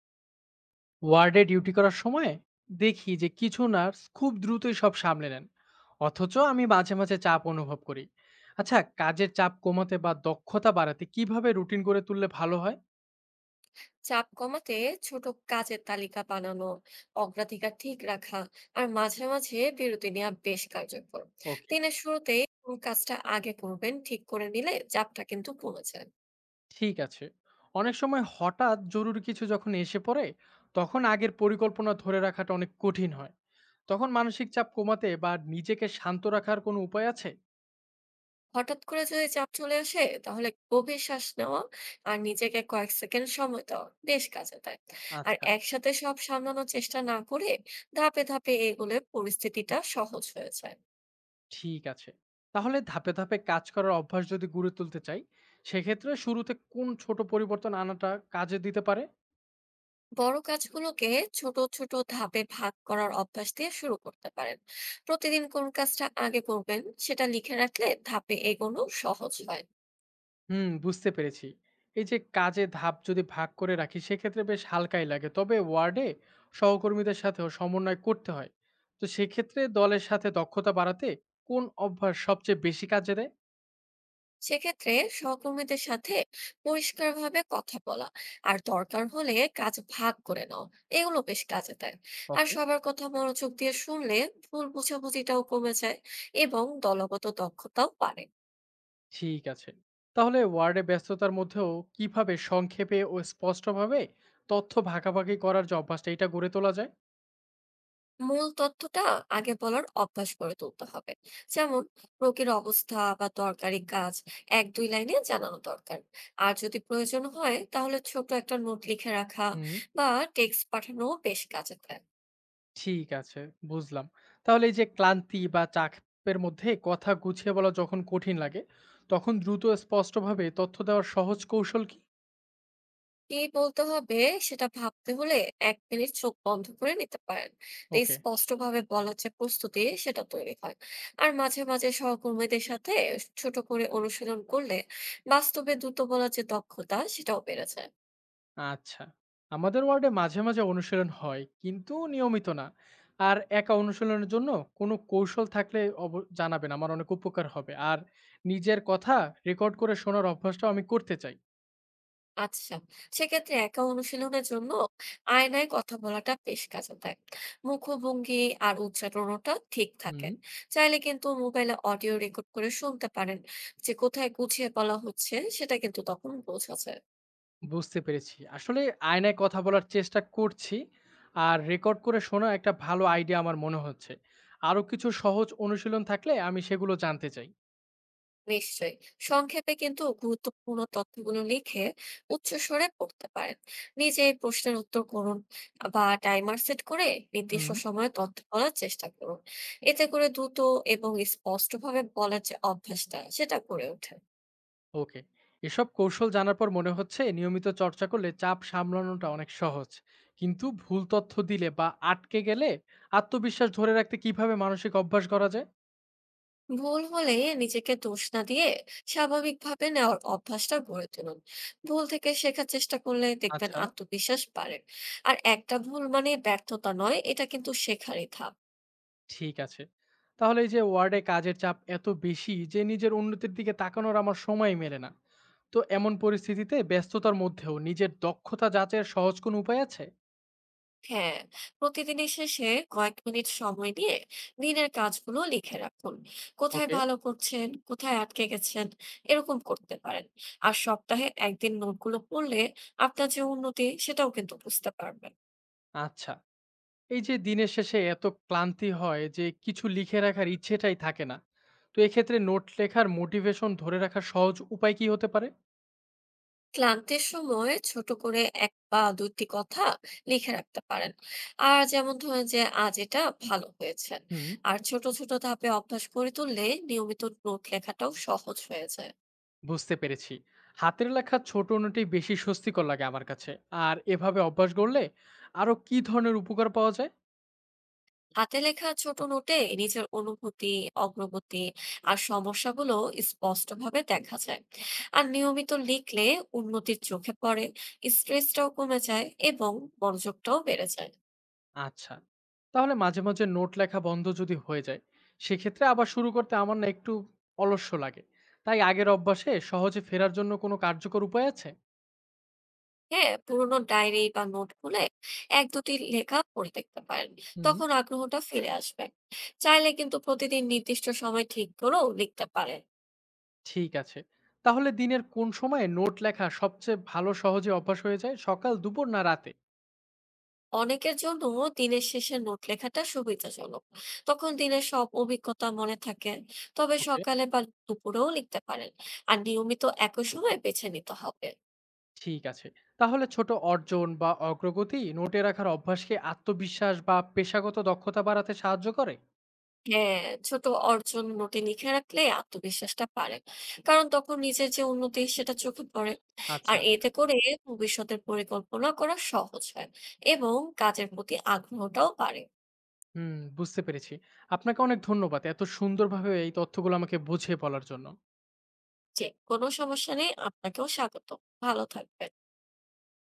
ওয়ার্ডে ডিউটি করার সময় দেখি যে কিছু নার্স খুব দ্রুতই সব সামলে নেন, অথচ আমি মাঝে মাঝে চাপ অনুভব করি। আচ্ছা, কাজের চাপ কমাতে বা দক্ষতা বাড়াতে কিভাবে রুটিন করে তুললে ভালো হয়? চাপ কমাতে ছোট কাজের তালিকা বানানো, অগ্রাধিকার ঠিক রাখা আর মাঝে মাঝে বিরতি নেওয়া বেশ কার্যকর। ওকে, দিনের শুরুতেই কোন কাজটা আগে করবেন ঠিক করে নিলে চাপটা কিন্তু কমে যায়। ঠিক আছে। অনেক সময় হঠাৎ জরুরি কিছু যখন এসে পড়ে, তখন আগের পরিকল্পনা ধরে রাখাটা অনেক কঠিন হয়। তখন মানসিক চাপ কমাতে বা নিজেকে শান্ত রাখার কোনো উপায় আছে? হঠাৎ করে যদি চাপ চলে আসে তাহলে গভীর শ্বাস নেওয়া আর নিজেকে কয়েক সেকেন্ড সময় দেওয়া বেশ কাজে দেয়। আর আচ্ছা, একসাথে সব সামলানোর চেষ্টা না করে ধাপে ধাপে এগুলে পরিস্থিতিটা সহজ হয়ে যায়। ঠিক আছে। তাহলে ধাপে, ধাপে কাজ করার অভ্যাস যদি গড়ে তুলতে চাই, সেক্ষেত্রে শুরুতে কোন ছোট পরিবর্তন আনাটা কাজে দিতে পারে? বড় কাজগুলোকে ছোট ছোট ধাপে ভাগ করার অভ্যাস দিয়ে শুরু করতে পারেন। প্রতিদিন কোন কাজটা আগে করবেন সেটা লিখে রাখলে ধাপে এগোনো সহজ হয়। হুম, বুঝতে পেরেছি। এই যে কাজে ধাপ যদি ভাগ করে রাখি, সেক্ষেত্রে বেশ হালকাই লাগে। তবে ওয়ার্ডে সহকর্মীদের সাথেও সমন্বয় করতে হয়। তো সেক্ষেত্রে দলের সাথে দক্ষতা বাড়াতে কোন অভ্যাস সবচেয়ে বেশি কাজে দেয়? সেক্ষেত্রে সহকর্মীদের সাথে পরিষ্কারভাবে কথা বলা আর দরকার হলে কাজ ভাগ করে নাও, এগুলো বেশ কাজে দেয়। আর ওকে, সবার কথা মনোযোগ দিয়ে শুনলে ভুল বোঝাবুঝিটাও কমে যায় এবং দলগত দক্ষতাও বাড়ে। ঠিক আছে। তাহলে ওয়ার্ডে ব্যস্ততার মধ্যেও কিভাবে সংক্ষেপে ও স্পষ্টভাবে তথ্য ভাগাভাগি করার যে অভ্যাসটা, এটা গড়ে তোলা যায়? মূল তথ্যটা আগে বলার অভ্যাস করে তুলতে হবে। যেমন রোগীর অবস্থা বা দরকারি কাজ এক দুই লাইনে জানানো দরকার। আর যদি প্রয়োজন হয় তাহলে ছোট একটা নোট লিখে রাখা হুম। বা টেক্সট পাঠানো বেশ কাজে দেয়। ঠিক আছে, বুঝলাম। তাহলে এই যে ক্লান্তি বা চাপের মধ্যে কথা গুছিয়ে বলা যখন কঠিন লাগে, তখন দ্রুত স্পষ্টভাবে তথ্য দেওয়ার সহজ কৌশল কি? কি বলতে হবে সেটা ভাবতে হলে এক মিনিট চোখ বন্ধ করে নিতে পারেন। এই ওকে, স্পষ্টভাবে বলার যে প্রস্তুতি সেটা তৈরি হয়। আর মাঝে মাঝে সহকর্মীদের সাথে ছোট করে অনুশীলন করলে বাস্তবে দ্রুত বলার যে দক্ষতা সেটাও বেড়ে যায়। আচ্ছা। আমাদের ওয়ার্ডে মাঝে, মাঝে অনুশীলন হয়, কিন্তু নিয়মিত না। আর একা অনুশীলনের জন্য কোনো কৌশল থাকলে অব জানাবেন, আমার অনেক উপকার হবে। আর নিজের কথা রেকর্ড করে শোনার অভ্যাসটাও আমি করতে চাই। আচ্ছা, সেক্ষেত্রে একা অনুশীলনের জন্য আয়নায় কথা বলাটা বেশ কাজে দেয়। মুখভঙ্গি আর উচ্চারণটা ঠিক থাকে। হুম। চাইলে কিন্তু মোবাইলে অডিও রেকর্ড করে শুনতে পারেন। যে কোথায় গুছিয়ে বলা হচ্ছে সেটা কিন্তু তখন বোঝা যায়। বুঝতে পেরেছি। আসলে আয়নায় কথা বলার চেষ্টা করছি। আর রেকর্ড করে শোনা একটা ভালো আইডিয়া আমার মনে হচ্ছে। আরো কিছু সহজ অনুশীলন থাকলে আমি সেগুলো জানতে চাই। নিশ্চয়ই, সংক্ষেপে কিন্তু গুরুত্বপূর্ণ তথ্যগুলো লিখে উচ্চস্বরে পড়তে পারেন। নিজে এই প্রশ্নের উত্তর করুন বা টাইমার সেট করে নির্দিষ্ট হুম। সময়ে তথ্য বলার চেষ্টা করুন। এতে করে দ্রুত এবং স্পষ্টভাবে বলার যে অভ্যাসটা সেটা গড়ে ওঠে। ওকে। এসব কৌশল জানার পর মনে হচ্ছে নিয়মিত চর্চা করলে চাপ সামলানোটা অনেক সহজ। কিন্তু ভুল তথ্য দিলে বা আটকে গেলে আত্মবিশ্বাস ধরে রাখতে কিভাবে মানসিক অভ্যাস করা যায়? ভুল হলে নিজেকে দোষ না দিয়ে স্বাভাবিকভাবে নেওয়ার অভ্যাসটা গড়ে তুলুন। ভুল থেকে শেখার চেষ্টা করলে দেখবেন আচ্ছা, আত্মবিশ্বাস বাড়ে। আর একটা ভুল মানে ব্যর্থতা নয়, এটা কিন্তু শেখারই ধাপ। ঠিক আছে। তাহলে এই যে ওয়ার্ডে কাজের চাপ এত বেশি যে নিজের উন্নতির দিকে তাকানোর আমার সময়ই মেলে না। তো এমন পরিস্থিতিতে ব্যস্ততার মধ্যেও নিজের দক্ষতা যাচাইয়ের সহজ কোনো উপায় আছে? হ্যাঁ, প্রতিদিনের শেষে কয়েক মিনিট সময় নিয়ে দিনের কাজগুলো লিখে রাখুন। কোথায় ওকে, ভালো করছেন কোথায় আটকে গেছেন, এরকম করতে পারেন। আর সপ্তাহে একদিন নোটগুলো পড়লে আপনার যে উন্নতি সেটাও কিন্তু বুঝতে পারবেন। আচ্ছা। এই যে দিনের শেষে এত ক্লান্তি হয় যে কিছু লিখে রাখার ইচ্ছেটাই থাকে না। তো এক্ষেত্রে নোট লেখার মোটিভেশন ধরে রাখার সহজ উপায় কি হতে পারে? ক্লান্তির সময় ছোট করে এক বা দুটি কথা লিখে রাখতে পারেন। আর যেমন ধরেন যে আজ এটা ভালো হয়েছে। হুম, আর ছোট ছোট ধাপে অভ্যাস করে তুললে নিয়মিত নোট লেখাটাও সহজ হয়ে যায়। বুঝতে পেরেছি। হাতের লেখা ছোট নোটই বেশি স্বস্তিকর লাগে আমার কাছে। আর এভাবে অভ্যাস গড়লে আরো কি ধরনের উপকার পাওয়া যায়? হাতে লেখা ছোট নোটে নিজের অনুভূতি, অগ্রগতি আর সমস্যাগুলো স্পষ্টভাবে দেখা যায়। আর নিয়মিত লিখলে উন্নতির চোখে পড়ে, স্ট্রেসটাও কমে যায় এবং মনোযোগটাও বেড়ে যায়। আচ্ছা। তাহলে মাঝে, মাঝে নোট লেখা বন্ধ যদি হয়ে যায়, সেক্ষেত্রে আবার শুরু করতে আমার না একটু অলস্য লাগে। তাই আগের অভ্যাসে সহজে ফেরার জন্য কোনো কার্যকর উপায় আছে? হ্যাঁ, পুরোনো ডায়েরি বা নোট খুলে এক দুটি লেখা পড়ে দেখতে পারেন। হুম, তখন আগ্রহটা ফিরে আসবে। চাইলে কিন্তু প্রতিদিন নির্দিষ্ট সময় ঠিক করেও লিখতে পারেন। ঠিক আছে। তাহলে দিনের কোন সময়ে নোট লেখা সবচেয়ে ভালো সহজে অভ্যাস হয়ে যায়? সকাল, দুপুর না রাতে? অনেকের জন্য দিনের শেষে নোট লেখাটা সুবিধাজনক। তখন দিনের সব অভিজ্ঞতা মনে থাকে। তবে ওকে, সকালে বা দুপুরেও লিখতে পারেন। আর নিয়মিত একই সময় বেছে নিতে হবে। ঠিক আছে। তাহলে ছোট অর্জন বা অগ্রগতি নোটে রাখার অভ্যাসকে আত্মবিশ্বাস বা পেশাগত দক্ষতা বাড়াতে সাহায্য করে? হ্যাঁ, ছোট অর্জন নোটে লিখে রাখলে আত্মবিশ্বাসটা পারে। কারণ তখন নিজের যে উন্নতি সেটা চোখে পড়ে। আর আচ্ছা। এতে করে ভবিষ্যতের পরিকল্পনা করা সহজ হয় এবং কাজের প্রতি আগ্রহটাও বাড়ে। হুম, বুঝতে পেরেছি। আপনাকে অনেক ধন্যবাদ। এত সুন্দরভাবে এই তথ্যগুলো আমাকে বুঝিয়ে বলার জন্য। যে কোনো সমস্যা নেই, আপনাকেও স্বাগত। ভালো থাকবেন।